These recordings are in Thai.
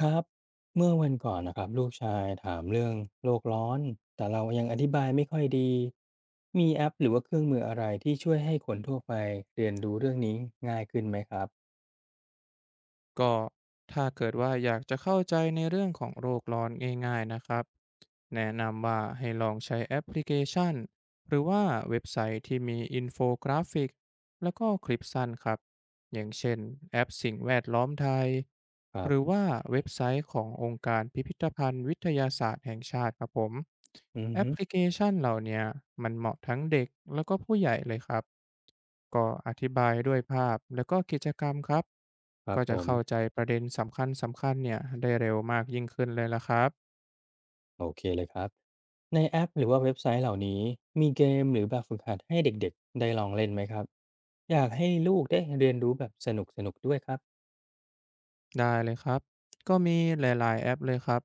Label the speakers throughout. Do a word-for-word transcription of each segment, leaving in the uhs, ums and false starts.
Speaker 1: ครับเมื่อวันก่อนนะครับลูกชายถามเรื่องโลกร้อนแต่เรายังอธิบายไม่ค่อยดีมีแอปหรือว่าเครื่องมืออะไรที่ช่วยให้คนทั่วไปเรียนรู้เรื่องนี้ง่ายขึ้นไหมครับ
Speaker 2: ก็ถ้าเกิดว่าอยากจะเข้าใจในเรื่องของโลกร้อนง่ายๆนะครับแนะนำว่าให้ลองใช้แอปพลิเคชันหรือว่าเว็บไซต์ที่มีอินโฟกราฟิกแล้วก็คลิปสั้นครับ อย่างเช่นแอปสิ่งแวดล้อมไทย
Speaker 1: ครั
Speaker 2: หรือ
Speaker 1: บ
Speaker 2: ว่าเว็บไซต์ขององค์การพิพิธภัณฑ์วิทยาศาสตร์แห่งชาติครับผม
Speaker 1: อือ
Speaker 2: แอป
Speaker 1: ฮึ
Speaker 2: พลิเคชันเหล่าเนี้ยมันเหมาะทั้งเด็กแล้วก็ผู้ใหญ่เลยครับก็อธิบายด้วยภาพแล้วก็กิจกรรมครับ
Speaker 1: ครั
Speaker 2: ก็
Speaker 1: บผ
Speaker 2: จะ
Speaker 1: ม
Speaker 2: เข้าใจประเด็นสำคัญสำคัญเนี่ยได้เร็วมากยิ่งขึ้นเลยละครับ
Speaker 1: โอเคเลยครับในแอปหรือว่าเว็บไซต์เหล่านี้มีเกมหรือแบบฝึกหัดให้เด็กๆได้ลองเล่นไหมครับอยากให้ลูกได้เรียนรู้แบบสนุกๆด้วยครับ
Speaker 2: ได้เลยครับ ก็มีหลายๆแอปเลยครับ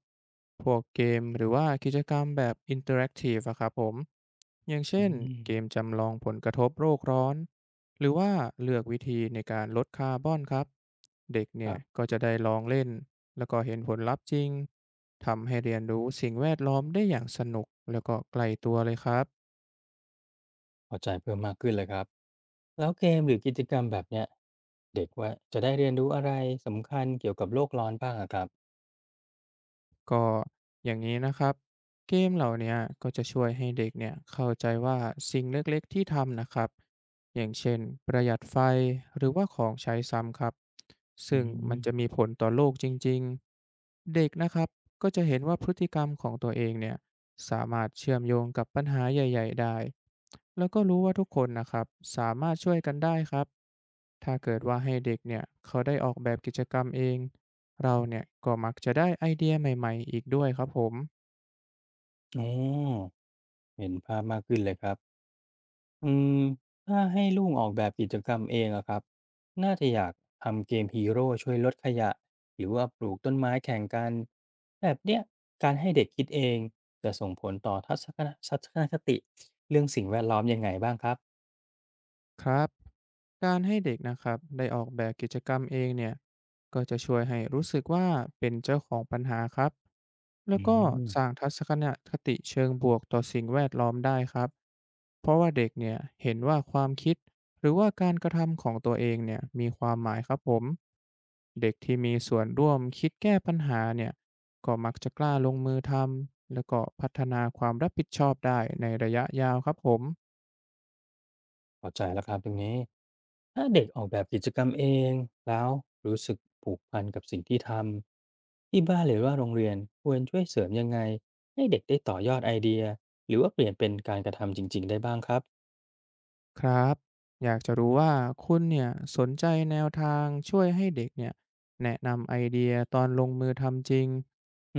Speaker 2: พวกเกมหรือว่ากิจกรรมแบบอินเตอร์แอคทีฟอะครับผม อย่างเช่
Speaker 1: อื
Speaker 2: น
Speaker 1: ม
Speaker 2: เกมจำลองผลกระทบโลกร้อน หรือว่าเลือกวิธีในการลดคาร์บอนครับ เด็ก
Speaker 1: ค
Speaker 2: เนี่ย
Speaker 1: รับ
Speaker 2: ก็จะได้ลองเล่นแล้วก็เห็นผลลัพธ์จริง ทำให้เรียนรู้สิ่งแวดล้อมได้อย่างสนุกแล้วก็ไกลตัวเลยครับ
Speaker 1: เข้าใจเพิ่มมากขึ้นเลยครับแล้วเกมหรือกิจกรรมแบบเนี้ยเด็กว่าจะได้เรียนรู้อะไรสำคัญเกี่ยวกับโลกร้อนบ้างอะครับ
Speaker 2: ก็อย่างนี้นะครับเกมเหล่าเนี้ยก็จะช่วยให้เด็กเนี่ยเข้าใจว่าสิ่งเล็กๆที่ทำนะครับอย่างเช่นประหยัดไฟหรือว่าของใช้ซ้ำครับ
Speaker 1: อื
Speaker 2: ซึ่งมัน
Speaker 1: ม
Speaker 2: จะมีผลต่อโลกจริงๆเด็กนะครับก็จะเห็นว่าพฤติกรรมของตัวเองเนี่ยสามารถเชื่อมโยงกับปัญหาใหญ่ๆได้แล้วก็รู้ว่าทุกคนนะครับสามารถช่วยกันได้ครับถ้าเกิดว่าให้เด็กเนี่ยเขาได้ออกแบบกิจกรรมเอง เราเนี่ยก็มักจะได้ไอเดียใหม่ๆอีกด้วยครับผม
Speaker 1: อ๋อเห็นภาพมากขึ้นเลยครับอืมถ้าให้ลูกออกแบบกิจกรรมเองอะครับน่าจะอยากทำเกมฮีโร่ช่วยลดขยะหรือว่าปลูกต้นไม้แข่งกันแบบเนี้ยการให้เด็กคิดเองจะส่งผลต่อทัศนทัศนคติเรื่องสิ่งแวดล้อมยังไงบ้างครับ
Speaker 2: ครับการให้เด็กนะครับได้ออกแบบกิจกรรมเองเนี่ยก็จะช่วยให้รู้สึกว่าเป็นเจ้าของปัญหาครับแล้
Speaker 1: อื
Speaker 2: วก็
Speaker 1: ม
Speaker 2: สร้างทัศนคติเชิงบวกต่อสิ่งแวดล้อมได้ครับเพราะว่าเด็กเนี่ยเห็นว่าความคิดหรือว่าการกระทำของตัวเองเนี่ยมีความหมายครับผมเด็กที่มีส่วนร่วมคิดแก้ปัญหาเนี่ยก็มักจะกล้าลงมือทำแล้วก็พัฒนาความรับผิดชอบได้ในระยะยาวครับผม
Speaker 1: เข้าใจแล้วครับตรงนี้ถ้าเด็กออกแบบกิจกรรมเองแล้วรู้สึกผูกพันกับสิ่งที่ทำที่บ้านหรือว่าโรงเรียนควรช่วยเสริมยังไงให้เด็กได้ต่อยอดไอเดียหรือว่าเปลี่ยนเป็นการกระทำจริงๆได้บ้างครับ
Speaker 2: ครับ อยากจะรู้ว่าคุณเนี่ยสนใจแนวทางช่วยให้เด็กเนี่ยแนะนำไอเดียตอนลงมือทำจริง
Speaker 1: อ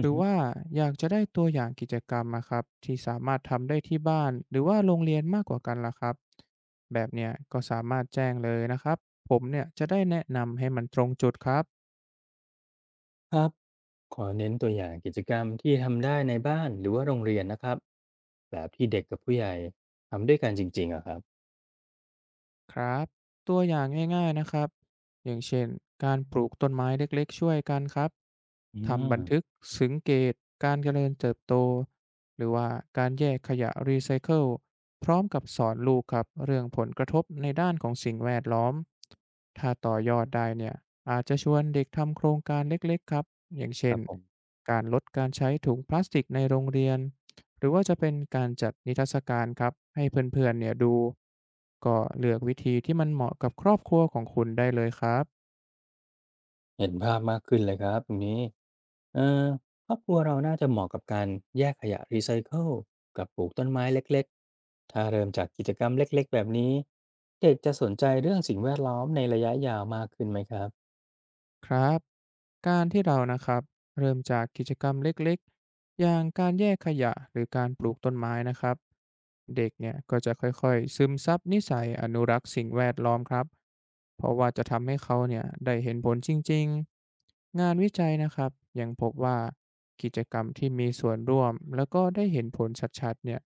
Speaker 2: ห
Speaker 1: ือ
Speaker 2: รือ
Speaker 1: ฮึ
Speaker 2: ว่าอยากจะได้ตัวอย่างกิจกรรมอะครับที่สามารถทำได้ที่บ้านหรือว่าโรงเรียนมากกว่ากันล่ะครับแบบเนี้ยก็สามารถแจ้งเลยนะครับผมเนี่ยจะได้แนะนำให้มันตรงจุดครับ
Speaker 1: ครับขอเน้นตัวอย่างกิจกรรมที่ทำได้ในบ้านหรือว่าโรงเรียนนะครับแบบที่เด็กกับผู้ใหญ่ทำด้วยกันจริงๆอะครับ
Speaker 2: ครับตัวอย่างง่ายๆนะครับอย่างเช่นการปลูกต้นไม้เล็กๆช่วยกันครับ
Speaker 1: อื
Speaker 2: ทำบั
Speaker 1: ม
Speaker 2: นทึกสังเกตการเจริญเติบโตหรือว่าการแยกขยะรีไซเคิลพร้อมกับสอนลูกครับเรื่องผลกระทบในด้านของสิ่งแวดล้อมถ้าต่อยอดได้เนี่ยอาจจะชวนเด็กทำโครงการเล็กๆครับอย่าง
Speaker 1: ค
Speaker 2: เช่
Speaker 1: รั
Speaker 2: น
Speaker 1: บผม
Speaker 2: การลดการใช้ถุงพลาสติกในโรงเรียน หรือว่าจะเป็นการจัดนิทรรศการครับให้เพื่อนๆเนี่ยดูก็เลือกวิธีที่มันเหมาะกับครอบครัวของคุณได้เลยครับ
Speaker 1: เห็นภาพมากขึ้นเลยครับตรงนี้เออครอบครัวเราน่าจะเหมาะกับการแยกขยะรีไซเคิลกับปลูกต้นไม้เล็กๆถ้าเริ่มจากกิจกรรมเล็กๆแบบนี้เด็กจะสนใจเรื่องสิ่งแวดล้อมในระยะยาวมากขึ้นไหมครับ
Speaker 2: ครับการที่เรานะครับเริ่มจากกิจกรรมเล็กๆ อย่างการแยกขยะหรือการปลูกต้นไม้นะครับเด็กเนี่ยก็จะค่อยๆซึมซับนิสัยอนุรักษ์สิ่งแวดล้อมครับเพราะว่าจะทำให้เขาเนี่ยได้เห็นผลจริงๆงานวิจัยนะครับยังพบว่ากิจกรรมที่มีส่วนร่วมแล้วก็ได้เห็นผลชัดๆเนี่ย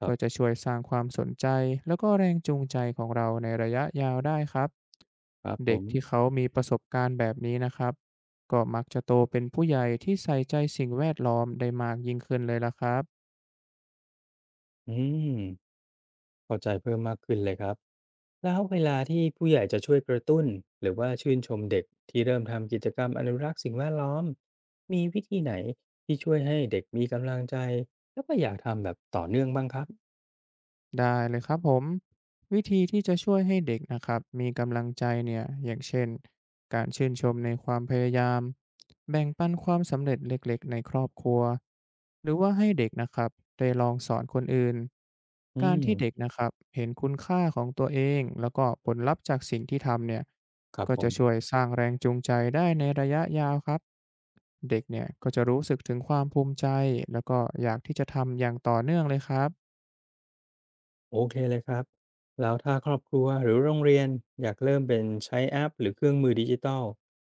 Speaker 1: ครั
Speaker 2: ก็จะ
Speaker 1: บ
Speaker 2: ช่วยสร้างความสนใจแล้วก็แรงจูงใจของเราในระยะยาวได้ครับ
Speaker 1: ครับผ
Speaker 2: เด็ก
Speaker 1: ม
Speaker 2: ที่เขามีประสบการณ์แบบนี้นะครับ ก็มักจะโตเป็นผู้ใหญ่ที่ใส่ใจสิ่งแวดล้อมได้มากยิ่งขึ้นเลยล่ะครับ
Speaker 1: อืมเข้าใจเพิ่มมากขึ้นเลยครับแล้วเวลาที่ผู้ใหญ่จะช่วยกระตุ้นหรือว่าชื่นชมเด็กที่เริ่มทำกิจกรรมอนุรักษ์สิ่งแวดล้อมมีวิธีไหนที่ช่วยให้เด็กมีกำลังใจแล้วก็อยากทำแบบต่อเนื่องบ้างครับ
Speaker 2: ได้เลยครับผมวิธีที่จะช่วยให้เด็กนะครับมีกำลังใจเนี่ยอย่างเช่นการชื่นชมในความพยายามแบ่งปันความสำเร็จเล็กๆในครอบครัวหรือว่าให้เด็กนะครับได้ลองสอนคนอื่น
Speaker 1: อื
Speaker 2: การ
Speaker 1: ม
Speaker 2: ที่เด็กนะครับเห็นคุณค่าของตัวเองแล้วก็ผลลัพธ์จากสิ่งที่ทำเนี่ย
Speaker 1: ครับ
Speaker 2: ก็
Speaker 1: ผ
Speaker 2: จะ
Speaker 1: ม
Speaker 2: ช่วยสร้างแรงจูงใจได้ในระยะยาวครับเด็กเนี่ยก็จะรู้สึกถึงความภูมิใจแล้วก็อยากที่จะทำอย่างต่อเนื่องเลยครับ
Speaker 1: โอเคเลยครับแล้วถ้าครอบครัวหรือโรงเรียนอยากเริ่มเป็นใช้แอปหรือเครื่องมือดิจิทัล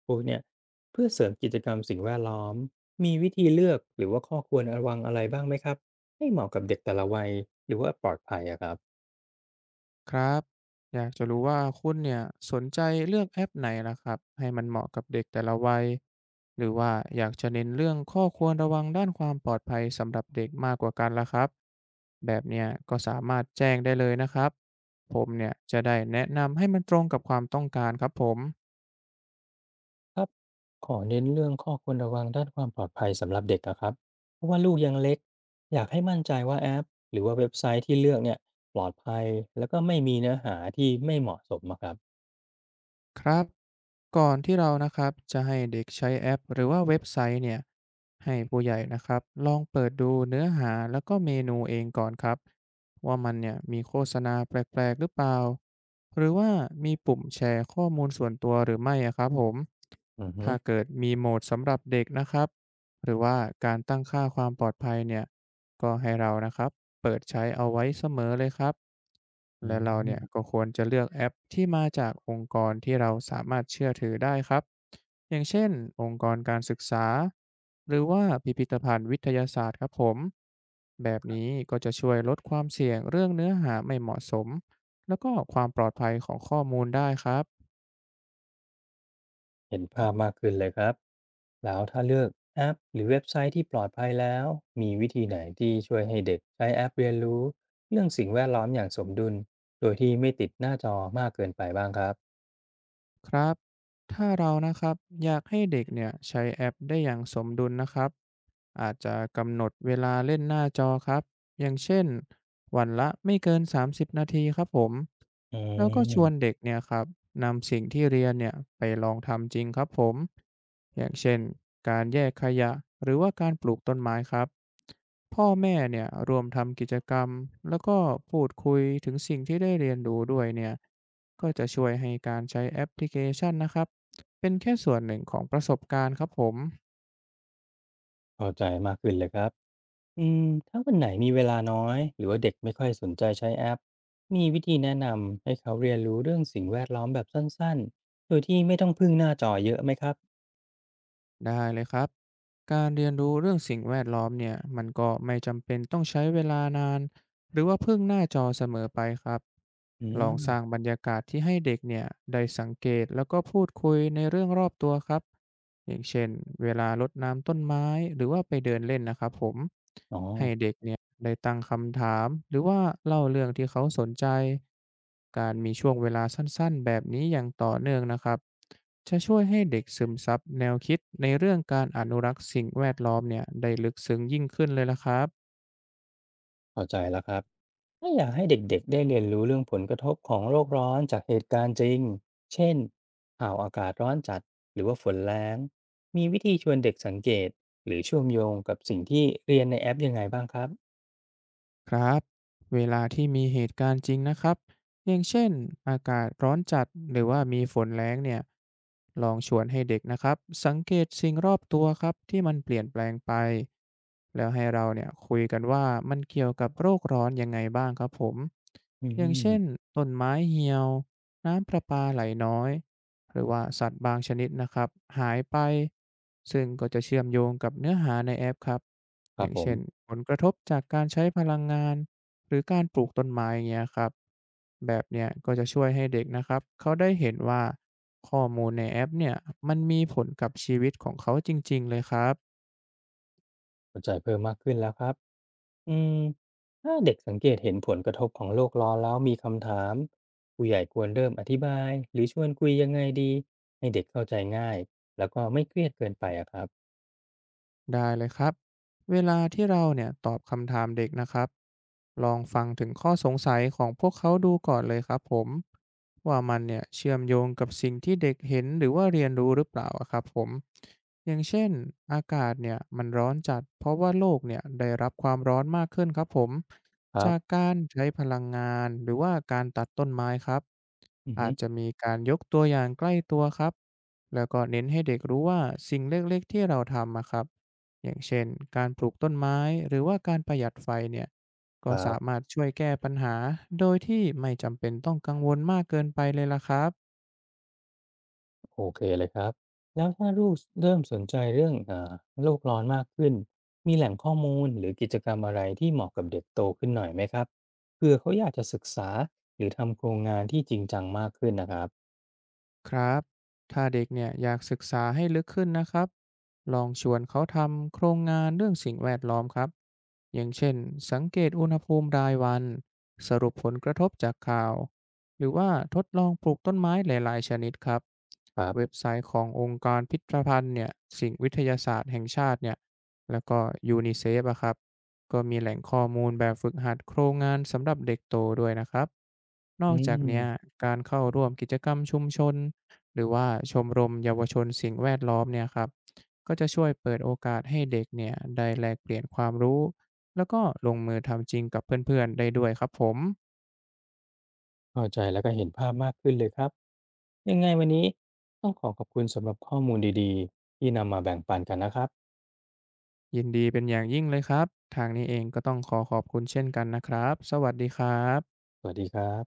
Speaker 1: พวกเนี้ยเพื่อเสริมกิจกรรมสิ่งแวดล้อมมีวิธีเลือกหรือว่าข้อควรระวังอะไรบ้างไหมครับให้เหมาะกับเด็กแต่ละวัยหรือว่าปลอดภัยอะครับ
Speaker 2: ครับอยากจะรู้ว่าคุณเนี่ยสนใจเลือกแอปไหนล่ะครับให้มันเหมาะกับเด็กแต่ละวัยหรือว่าอยากจะเน้นเรื่องข้อควรระวังด้านความปลอดภัยสำหรับเด็กมากกว่ากันล่ะครับแบบเนี้ยก็สามารถแจ้งได้เลยนะครับผมเนี่ยจะได้แนะนำให้มันตรงกับความต้องการครับผม
Speaker 1: ครับขอเน้นเรื่องข้อควรระวังด้านความปลอดภัยสำหรับเด็กอะครับเพราะว่าลูกยังเล็กอยากให้มั่นใจว่าแอปหรือว่าเว็บไซต์ที่เลือกเนี่ยปลอดภัยแล้วก็ไม่มีเนื้อหาที่ไม่เหมาะสมอะครับ
Speaker 2: ครับก่อนที่เรานะครับจะให้เด็กใช้แอปหรือว่าเว็บไซต์เนี่ยให้ผู้ใหญ่นะครับลองเปิดดูเนื้อหาแล้วก็เมนูเองก่อนครับว่ามันเนี่ยมีโฆษณาแปลกๆหรือเปล่าหรือว่ามีปุ่มแชร์ข้อมูลส่วนตัวหรือไม่อะครับผม
Speaker 1: อือฮึ
Speaker 2: ถ้าเกิดมีโหมดสำหรับเด็กนะครับหรือว่าการตั้งค่าความปลอดภัยเนี่ยก็ให้เรานะครับ เปิดใช้เอาไว้เสมอเลยครับ
Speaker 1: อื
Speaker 2: และเราเนี่ย
Speaker 1: ม
Speaker 2: ก็ควรจะเลือกแอปที่มาจากองค์กรที่เราสามารถเชื่อถือได้ครับ อย่างเช่นองค์กรการศึกษาหรือว่าพิพิธภัณฑ์วิทยาศาสตร์ครับผม แบบนี้ก็จะช่วยลดความเสี่ยงเรื่องเนื้อหาไม่เหมาะสมแล้วก็ความปลอดภัยของข้อมูลได้ครับ
Speaker 1: เห็นภาพมากขึ้นเลยครับแล้วถ้าเลือกแอปหรือเว็บไซต์ที่ปลอดภัยแล้วมีวิธีไหนที่ช่วยให้เด็กใช้แอปเรียนรู้เรื่องสิ่งแวดล้อมอย่างสมดุลโดยที่ไม่ติดหน้าจอมากเกินไปบ้างครับ
Speaker 2: ครับถ้าเรานะครับอยากให้เด็กเนี่ยใช้แอปได้อย่างสมดุลนะครับอาจจะกำหนดเวลาเล่นหน้าจอครับอย่างเช่นวันละไม่เกินสามสิบนาทีครับผม
Speaker 1: อื
Speaker 2: แล้วก็ชวน
Speaker 1: ม
Speaker 2: เด็กเนี่ยครับนำสิ่งที่เรียนเนี่ยไปลองทำจริงครับผมอย่างเช่นการแยกขยะหรือว่าการปลูกต้นไม้ครับพ่อแม่เนี่ยรวมทำกิจกรรมแล้วก็พูดคุยถึงสิ่งที่ได้เรียนรู้ด้วยเนี่ย ก็จะช่วยให้การใช้แอปพลิเคชันนะครับเป็นแค่ส่วนหนึ่งของประสบการณ์ครับผม
Speaker 1: เข้าใจมากขึ้นเลยครับอืมถ้าวันไหนมีเวลาน้อยหรือว่าเด็กไม่ค่อยสนใจใช้แอปมีวิธีแนะนำให้เขาเรียนรู้เรื่องสิ่งแวดล้อมแบบสั้นๆโดยที่ไม่ต้องพึ่งหน้าจอเยอะไหมครับ
Speaker 2: ได้เลยครับการเรียนรู้เรื่องสิ่งแวดล้อมเนี่ยมันก็ไม่จำเป็นต้องใช้เวลานานหรือว่าพึ่งหน้าจอเสมอไปครับ
Speaker 1: อื
Speaker 2: ลองสร้า
Speaker 1: ม
Speaker 2: งบรรยากาศที่ให้เด็กเนี่ยได้สังเกตแล้วก็พูดคุยในเรื่องรอบตัวครับ อย่างเช่นเวลารดน้ำต้นไม้หรือว่าไปเดินเล่นนะครับผม
Speaker 1: อ๋อ
Speaker 2: ให้เด็กเนี่ยได้ตั้งคำถามหรือว่าเล่าเรื่องที่เขาสนใจการมีช่วงเวลาสั้นๆแบบนี้อย่างต่อเนื่องนะครับจะช่วยให้เด็กซึมซับแนวคิดในเรื่องการอนุรักษ์สิ่งแวดล้อมเนี่ยได้ลึกซึ้งยิ่งขึ้นเลยละครับ
Speaker 1: เข้าใจแล้วครับถ้าอยากให้เด็กๆได้เรียนรู้เรื่องผลกระทบของโลกร้อนจากเหตุการณ์จริงเช่นข่าวอากาศร้อนจัดหรือว่าฝนแรงมีวิธีชวนเด็กสังเกตหรือเชื่อมโยงกับสิ่งที่เรียนในแอปยังไงบ้างครับ
Speaker 2: ครับเวลาที่มีเหตุการณ์จริงนะครับอย่างเช่นอากาศร้อนจัดหรือว่ามีฝนแล้งเนี่ยลองชวนให้เด็กนะครับสังเกตสิ่งรอบตัวครับที่มันเปลี่ยนแปลงไปแล้วให้เราเนี่ยคุยกันว่ามันเกี่ยวกับโรคร้อนยังไงบ้างครับผม
Speaker 1: อื
Speaker 2: อย่างเช่น
Speaker 1: ม
Speaker 2: ต้นไม้เหี่ยวน้ำประปาไหลน้อย หรือว่าสัตว์บางชนิดนะครับหายไปซึ่งก็จะเชื่อมโยงกับเนื้อหาในแอปครับ
Speaker 1: ค
Speaker 2: อ
Speaker 1: รับ
Speaker 2: ย่าง
Speaker 1: ผม
Speaker 2: เช่นผลกระทบจากการใช้พลังงานหรือการปลูกต้นไม้อย่างเงี้ยครับแบบเนี้ยก็จะช่วยให้เด็กนะครับเขาได้เห็นว่าข้อมูลในแอปเนี่ยมันมีผลกับชีวิตของเขาจริงๆเลยครับ
Speaker 1: เข้าใจเพิ่มมากขึ้นแล้วครับอืมถ้าเด็กสังเกตเห็นผลกระทบของโลกร้อนแล้วมีคำถามผู้ใหญ่ควรเริ่มอธิบายหรือชวนคุยยังไงดีให้เด็กเข้าใจง่ายแล้วก็ไม่เครียดเกินไปอะครับ
Speaker 2: ได้เลยครับเวลาที่เราเนี่ยตอบคำถามเด็กนะครับลองฟังถึงข้อสงสัยของพวกเขาดูก่อนเลยครับผมว่ามันเนี่ยเชื่อมโยงกับสิ่งที่เด็กเห็นหรือว่าเรียนรู้หรือเปล่าอะครับผมอย่างเช่นอากาศเนี่ยมันร้อนจัดเพราะว่าโลกเนี่ยได้รับความร้อนมากขึ้นครับผม
Speaker 1: ครั
Speaker 2: จาก
Speaker 1: บ
Speaker 2: การใช้พลังงานหรือว่าการตัดต้นไม้ครับ
Speaker 1: อือ
Speaker 2: อา
Speaker 1: ฮึ
Speaker 2: จจะมีการยกตัวอย่างใกล้ตัวครับแล้วก็เน้นให้เด็กรู้ว่าสิ่งเล็กๆที่เราทำอะครับ อย่างเช่นการปลูกต้นไม้หรือว่าการประหยัดไฟเนี่ยก็
Speaker 1: ครั
Speaker 2: สา
Speaker 1: บ
Speaker 2: มารถช่วยแก้ปัญหาโดยที่ไม่จำเป็นต้องกังวลมากเกินไปเลยล่ะครับ
Speaker 1: โอเคเลยครับแล้วถ้าลูกเริ่มสนใจเรื่องเอ่อโลกร้อนมากขึ้นมีแหล่งข้อมูลหรือกิจกรรมอะไรที่เหมาะกับเด็กโตขึ้นหน่อยไหมครับเพื่อเขาอยากจะศึกษาหรือทำโครงงานที่จริงจังมากขึ้นนะครับ
Speaker 2: ครับ ถ้าเด็กเนี่ยอยากศึกษาให้ลึกขึ้นนะครับลองชวนเขาทำโครงงานเรื่องสิ่งแวดล้อมครับอย่างเช่นสังเกตอุณหภูมิรายวัน สรุปผลกระทบจากข่าว หรือว่าทดลองปลูกต้นไม้หลายๆชนิดครับ
Speaker 1: ครั
Speaker 2: เว็
Speaker 1: บ
Speaker 2: บไซต์ขององค์การพิพิธภัณฑ์เนี่ยสิ่งวิทยาศาสตร์แห่งชาติเนี่ยแล้วก็ยูนิเซฟอะครับก็มีแหล่งข้อมูลแบบฝึกหัดโครงงานสำหรับเด็กโตด้วยนะครับนอ
Speaker 1: อื
Speaker 2: กจากเนี้ย
Speaker 1: ม
Speaker 2: การเข้าร่วมกิจกรรมชุมชน หรือว่าชมรมเยาวชนสิ่งแวดล้อมเนี่ยครับก็จะช่วยเปิดโอกาสให้เด็กเนี่ยได้แลกเปลี่ยนความรู้แล้วก็ลงมือทำจริงกับเพื่อนๆได้ด้วยครับผม
Speaker 1: เข้าใจแล้วก็เห็นภาพมากขึ้นเลยครับยังไงวันนี้ต้องขอขอบคุณสำหรับข้อมูลดีๆที่นำมาแบ่งปันกันนะครับ
Speaker 2: ยินดีเป็นอย่างยิ่งเลยครับทางนี้เองก็ต้องขอขอบคุณเช่นกันนะครับสวัสดีครับ
Speaker 1: สวัสดีครับ